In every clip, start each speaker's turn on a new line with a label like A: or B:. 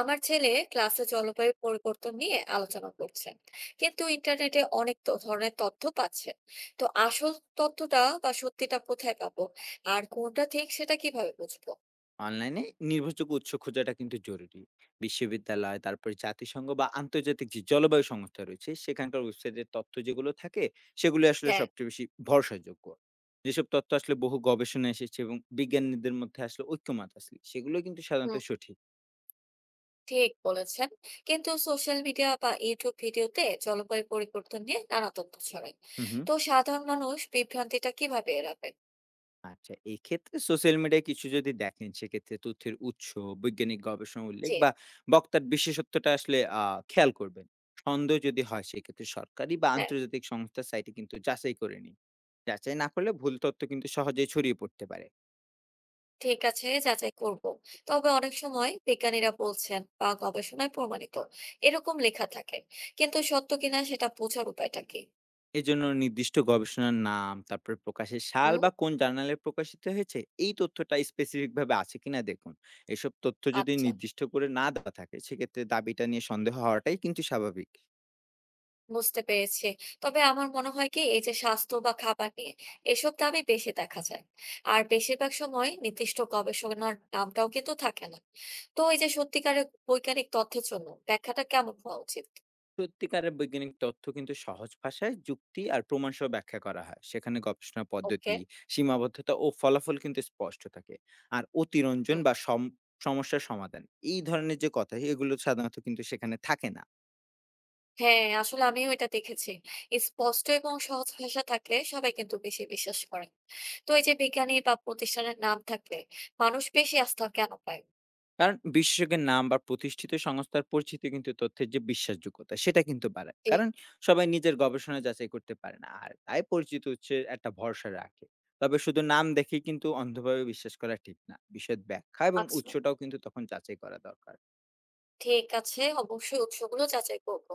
A: আমার ছেলে ক্লাসে জলবায়ু পরিবর্তন নিয়ে আলোচনা করছে, কিন্তু ইন্টারনেটে অনেক ধরনের তথ্য পাচ্ছে। তো আসল তথ্যটা বা সত্যিটা কোথায় পাবো? আর কোনটা ঠিক সেটা কিভাবে বুঝবো?
B: অনলাইনে নির্ভরযোগ্য উৎস খোঁজাটা কিন্তু জরুরি। বিশ্ববিদ্যালয়, তারপরে জাতিসংঘ বা আন্তর্জাতিক যে জলবায়ু সংস্থা রয়েছে, সেখানকার ওয়েবসাইটের তথ্য যেগুলো থাকে, সেগুলো আসলে
A: হ্যাঁ।
B: সবচেয়ে বেশি ভরসাযোগ্য। যেসব তথ্য আসলে বহু গবেষণা এসেছে এবং বিজ্ঞানীদের মধ্যে আসলে ঐক্যমত আসলে, সেগুলো কিন্তু সাধারণত
A: হুম,
B: সঠিক।
A: ঠিক বলেছেন। কিন্তু সোশ্যাল মিডিয়া বা ইউটিউব ভিডিওতে জলবায়ু পরিবর্তন নিয়ে নানা তথ্য ছড়ায়।
B: হু, হু।
A: তো সাধারণ মানুষ বিভ্রান্তিটা কিভাবে এড়াবে?
B: আচ্ছা, এক্ষেত্রে সোশ্যাল মিডিয়ায় কিছু যদি দেখেন, সেক্ষেত্রে তথ্যের উৎস, বৈজ্ঞানিক গবেষণা উল্লেখ
A: জি।
B: বা বক্তার বিশেষত্বটা আসলে খেয়াল করবেন। সন্দেহ যদি হয়, সেক্ষেত্রে সরকারি বা
A: হ্যাঁ,
B: আন্তর্জাতিক সংস্থার সাইটে কিন্তু যাচাই করে নিন। যাচাই না করলে ভুল তথ্য কিন্তু সহজেই ছড়িয়ে পড়তে পারে।
A: ঠিক আছে, যাচাই করব। তবে অনেক সময় বিজ্ঞানীরা বলছেন বা গবেষণায় প্রমাণিত এরকম লেখা থাকে, কিন্তু সত্য কিনা সেটা বোঝার উপায়টা কি?
B: এজন্য নির্দিষ্ট গবেষণার নাম, তারপর প্রকাশের সাল
A: হুম।
B: বা কোন জার্নালে প্রকাশিত হয়েছে, এই তথ্যটা স্পেসিফিক ভাবে আছে কিনা দেখুন। এসব তথ্য যদি
A: আচ্ছা,
B: নির্দিষ্ট করে না দেওয়া থাকে, সেক্ষেত্রে দাবিটা নিয়ে সন্দেহ হওয়াটাই কিন্তু স্বাভাবিক।
A: বুঝতে পেরেছি। তবে আমার মনে হয় কি, এই যে স্বাস্থ্য বা খাবার নিয়ে এসব দাবি বেশি দেখা যায়, আর বেশিরভাগ সময় নির্দিষ্ট গবেষণার নামটাও কিন্তু থাকে না। তো এই যে সত্যিকারের বৈজ্ঞানিক তথ্যের জন্য ব্যাখ্যাটা কেমন হওয়া উচিত?
B: সত্যিকারের বৈজ্ঞানিক তথ্য কিন্তু সহজ ভাষায় যুক্তি আর প্রমাণ সহ ব্যাখ্যা করা হয়, সেখানে গবেষণা
A: ওকে।
B: পদ্ধতি, সীমাবদ্ধতা ও ফলাফল কিন্তু স্পষ্ট থাকে, আর অতিরঞ্জন বা সমস্যার সমাধান এই ধরনের যে কথা, এগুলো সাধারণত কিন্তু সেখানে থাকে না।
A: হ্যাঁ, আসলে আমিও এটা দেখেছি। স্পষ্ট এবং সহজ ভাষা থাকলে সবাই কিন্তু বেশি বিশ্বাস করে। তো এই যে বিজ্ঞানী বা প্রতিষ্ঠানের নাম থাকলে মানুষ বেশি আস্থা কেন পায়?
B: কারণ বিশেষজ্ঞের নাম বা প্রতিষ্ঠিত সংস্থার পরিচিতি কিন্তু তথ্যের যে বিশ্বাসযোগ্যতা, সেটা কিন্তু বাড়ায়।
A: যে।
B: কারণ সবাই নিজের গবেষণা যাচাই করতে পারে না, আর তাই পরিচিত উৎসের একটা ভরসা রাখে। তবে শুধু নাম দেখে কিন্তু অন্ধভাবে বিশ্বাস করা ঠিক না, বিষয়ের ব্যাখ্যা এবং
A: আচ্ছা,
B: উৎসটাও কিন্তু তখন যাচাই করা দরকার।
A: ঠিক আছে, অবশ্যই উৎসগুলো যাচাই করব।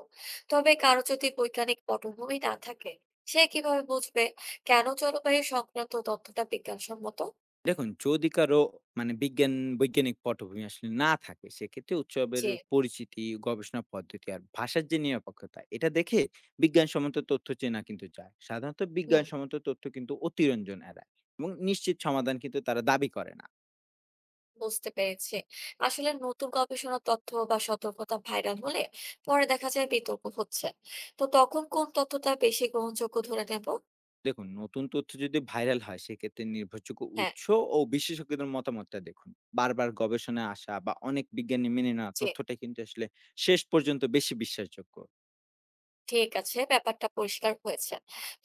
A: তবে কারো যদি বৈজ্ঞানিক পটভূমি না থাকে, সে কিভাবে বুঝবে কেন জলবায়ু সংক্রান্ত তথ্যটা বিজ্ঞানসম্মত?
B: দেখুন, যদি কারো মানে বিজ্ঞান বৈজ্ঞানিক পটভূমি আসলে না থাকে, সেক্ষেত্রে উৎসবের
A: যে।
B: পরিচিতি, গবেষণা পদ্ধতি আর ভাষার যে নিরপেক্ষতা, এটা দেখে বিজ্ঞানসম্মত তথ্য চেনা কিন্তু যায়। সাধারণত
A: হুম।
B: বিজ্ঞানসম্মত তথ্য কিন্তু অতিরঞ্জন এড়ায় এবং নিশ্চিত সমাধান কিন্তু তারা দাবি করে না।
A: বুঝতে পেরেছি। আসলে নতুন গবেষণা তথ্য বা সতর্কতা ভাইরাল হলে পরে দেখা যায় বিতর্ক হচ্ছে। তো তখন কোন তথ্যটা বেশি গ্রহণযোগ্য ধরে নেব?
B: দেখুন, নতুন তথ্য যদি ভাইরাল হয়, সেক্ষেত্রে নির্ভরযোগ্য
A: হ্যাঁ।
B: উৎস ও বিশেষজ্ঞদের মতামতটা দেখুন। বারবার গবেষণায় আসা বা অনেক বিজ্ঞানী মেনে নেওয়া
A: জি।
B: তথ্যটা কিন্তু আসলে শেষ পর্যন্ত বেশি বিশ্বাসযোগ্য।
A: ঠিক আছে, ব্যাপারটা পরিষ্কার হয়েছে।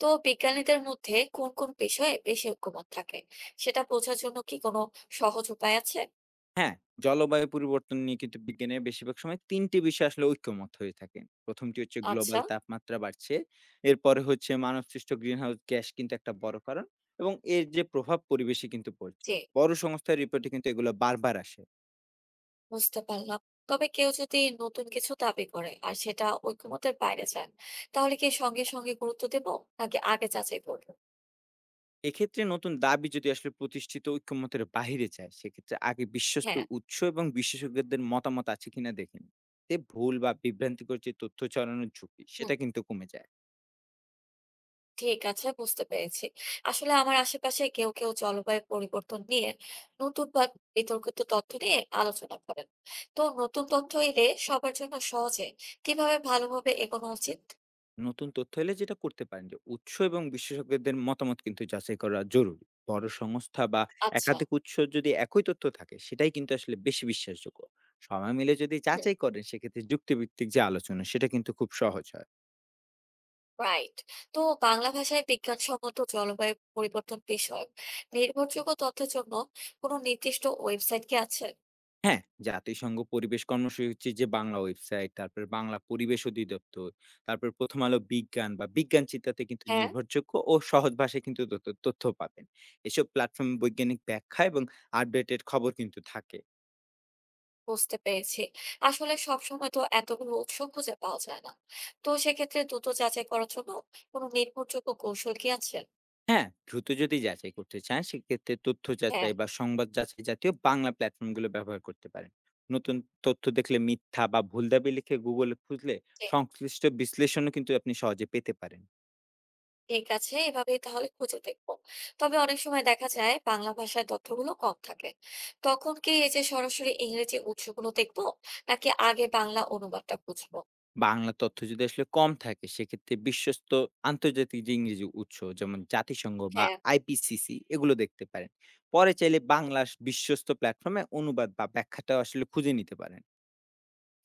A: তো বিজ্ঞানীদের মধ্যে কোন কোন বিষয়ে বেশি ঐকমত থাকে সেটা বোঝার জন্য কি কোনো সহজ উপায় আছে?
B: হ্যাঁ, জলবায়ু পরিবর্তন নিয়ে কিন্তু বিজ্ঞানীরা বেশিরভাগ সময় ৩ টি বিষয় আসলে ঐকমত্য হয়ে থাকেন। ১ম টি হচ্ছে
A: আচ্ছা।
B: গ্লোবাল তাপমাত্রা বাড়ছে। এরপরে হচ্ছে মানবসৃষ্ট গ্রিনহাউস গ্যাস কিন্তু একটা বড় কারণ এবং এর যে প্রভাব পরিবেশে কিন্তু পড়ছে।
A: জি।
B: বড় সংস্থার রিপোর্টে কিন্তু এগুলো বারবার আসে।
A: বুঝতে পারলাম। তবে কেউ যদি নতুন কিছু দাবি করে আর সেটা ঐকমতের বাইরে যায়, তাহলে কি সঙ্গে সঙ্গে গুরুত্ব দেব, নাকি আগে যাচাই করবো?
B: এক্ষেত্রে নতুন দাবি যদি আসলে প্রতিষ্ঠিত ঐকমত্যের বাহিরে যায়, সেক্ষেত্রে আগে বিশ্বস্ত
A: হ্যাঁ।
B: উৎস এবং বিশেষজ্ঞদের মতামত আছে কিনা দেখে নিন। এতে ভুল বা বিভ্রান্তিকর যে তথ্য ছড়ানোর ঝুঁকি,
A: হুম।
B: সেটা কিন্তু কমে যায়।
A: ঠিক আছে, বুঝতে পেরেছি। আসলে আমার আশেপাশে কেউ কেউ জলবায়ু পরিবর্তন নিয়ে নতুন বা বিতর্কিত তথ্য নিয়ে আলোচনা করেন। তো নতুন তথ্য এলে সবার জন্য সহজে কিভাবে ভালোভাবে এগোনো উচিত?
B: নতুন তথ্য এলে যেটা করতে পারেন, যে উৎস এবং বিশেষজ্ঞদের মতামত কিন্তু যাচাই করা জরুরি। বড় সংস্থা বা
A: আচ্ছা।
B: একাধিক উৎস যদি একই তথ্য থাকে, সেটাই কিন্তু আসলে বেশি বিশ্বাসযোগ্য। সময় মিলে যদি
A: হুম,
B: যাচাই করেন, সেক্ষেত্রে যুক্তিভিত্তিক যে আলোচনা, সেটা কিন্তু খুব সহজ হয়।
A: রাইট। তো বাংলা ভাষায় বিজ্ঞানসম্মত জলবায়ু পরিবর্তন বিষয়ক নির্ভরযোগ্য তথ্যের জন্য কোনো নির্দিষ্ট ওয়েবসাইট কি আছে?
B: হ্যাঁ, জাতিসংঘ পরিবেশ কর্মসূচির যে বাংলা ওয়েবসাইট, তারপর বাংলা পরিবেশ অধিদপ্তর, তারপর প্রথম আলো বিজ্ঞান বা বিজ্ঞান চিন্তাতে কিন্তু
A: হ্যাঁ।
B: নির্ভরযোগ্য ও সহজ ভাষায় কিন্তু তথ্য তথ্য পাবেন। এসব প্ল্যাটফর্মে বৈজ্ঞানিক ব্যাখ্যা এবং আপডেটেড খবর কিন্তু থাকে।
A: বুঝতে পেরেছি। আসলে সবসময় তো এতগুলো উৎস খুঁজে পাওয়া যায় না। তো সেক্ষেত্রে দ্রুত যাচাই করার জন্য কোনো নির্ভরযোগ্য কৌশল কি আছে?
B: হ্যাঁ, দ্রুত যদি যাচাই করতে চান, সেক্ষেত্রে তথ্য
A: হ্যাঁ।
B: যাচাই বা সংবাদ যাচাই জাতীয় বাংলা প্ল্যাটফর্মগুলো ব্যবহার করতে পারেন। নতুন তথ্য দেখলে মিথ্যা বা ভুল দাবি লিখে গুগলে খুঁজলে
A: জি।
B: সংশ্লিষ্ট বিশ্লেষণও কিন্তু আপনি সহজে পেতে পারেন।
A: ঠিক আছে, এভাবেই তাহলে খুঁজে দেখবো। তবে অনেক সময় দেখা যায় বাংলা ভাষায় তথ্যগুলো কম থাকে। তখন কি এই যে সরাসরি ইংরেজি উৎসগুলো দেখবো, নাকি আগে বাংলা অনুবাদটা খুঁজবো?
B: বাংলা তথ্য যদি আসলে কম থাকে, সেক্ষেত্রে বিশ্বস্ত আন্তর্জাতিক যে ইংরেজি উৎস, যেমন জাতিসংঘ বা
A: হ্যাঁ।
B: আইপিসিসি, এগুলো দেখতে পারেন। পরে চাইলে বাংলা বিশ্বস্ত প্ল্যাটফর্মে অনুবাদ বা ব্যাখ্যাটাও আসলে খুঁজে নিতে পারেন।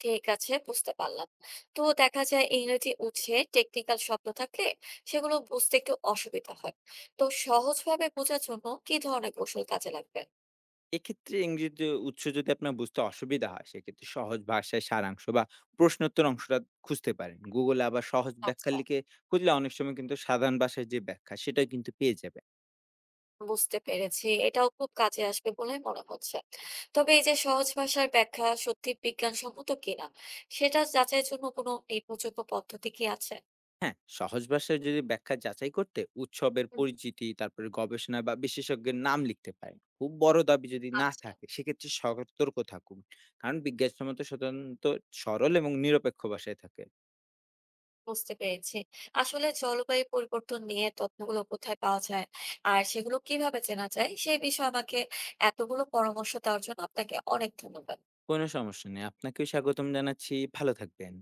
A: ঠিক আছে, বুঝতে পারলাম। তো দেখা যায় ইংরেজি উঠে টেকনিক্যাল শব্দ থাকলে সেগুলো বুঝতে একটু অসুবিধা হয়। তো সহজভাবে বোঝার জন্য কি ধরনের কৌশল কাজে লাগবে?
B: এক্ষেত্রে ইংরেজির উৎস যদি আপনার বুঝতে অসুবিধা হয়, সেক্ষেত্রে সহজ ভাষায় সারাংশ বা প্রশ্নোত্তর অংশটা খুঁজতে পারেন। Google এ আবার সহজ ব্যাখ্যা
A: আচ্ছা।
B: লিখে খুঁজলে অনেক সময় কিন্তু সাধারণ ভাষায় যে ব্যাখ্যা, সেটাও কিন্তু পেয়ে যাবেন।
A: বুঝতে পেরেছি, এটাও খুব কাজে আসবে বলে মনে হচ্ছে। তবে এই যে সহজ ভাষার ব্যাখ্যা সত্যি বিজ্ঞানসম্মত কিনা সেটা যাচাইয়ের জন্য কোনো নির্ভরযোগ্য পদ্ধতি কি আছে?
B: হ্যাঁ, সহজ ভাষায় যদি ব্যাখ্যা যাচাই করতে উৎসবের
A: হুম।
B: পরিচিতি, তারপরে গবেষণা বা বিশেষজ্ঞের নাম লিখতে পারেন। খুব বড় দাবি যদি না
A: আচ্ছা।
B: থাকে, সেক্ষেত্রে সতর্ক থাকুন। কারণ বিজ্ঞানসম্মত সাধারণত সরল এবং নিরপেক্ষ ভাষায় থাকে।
A: বুঝতে পেরেছি। আসলে জলবায়ু পরিবর্তন নিয়ে তথ্যগুলো কোথায় পাওয়া যায় আর সেগুলো কিভাবে চেনা যায় সেই বিষয়ে আমাকে এতগুলো পরামর্শ দেওয়ার জন্য আপনাকে অনেক ধন্যবাদ।
B: কোনো সমস্যা নেই। আপনাকেও স্বাগতম জানাচ্ছি। ভালো থাকবেন।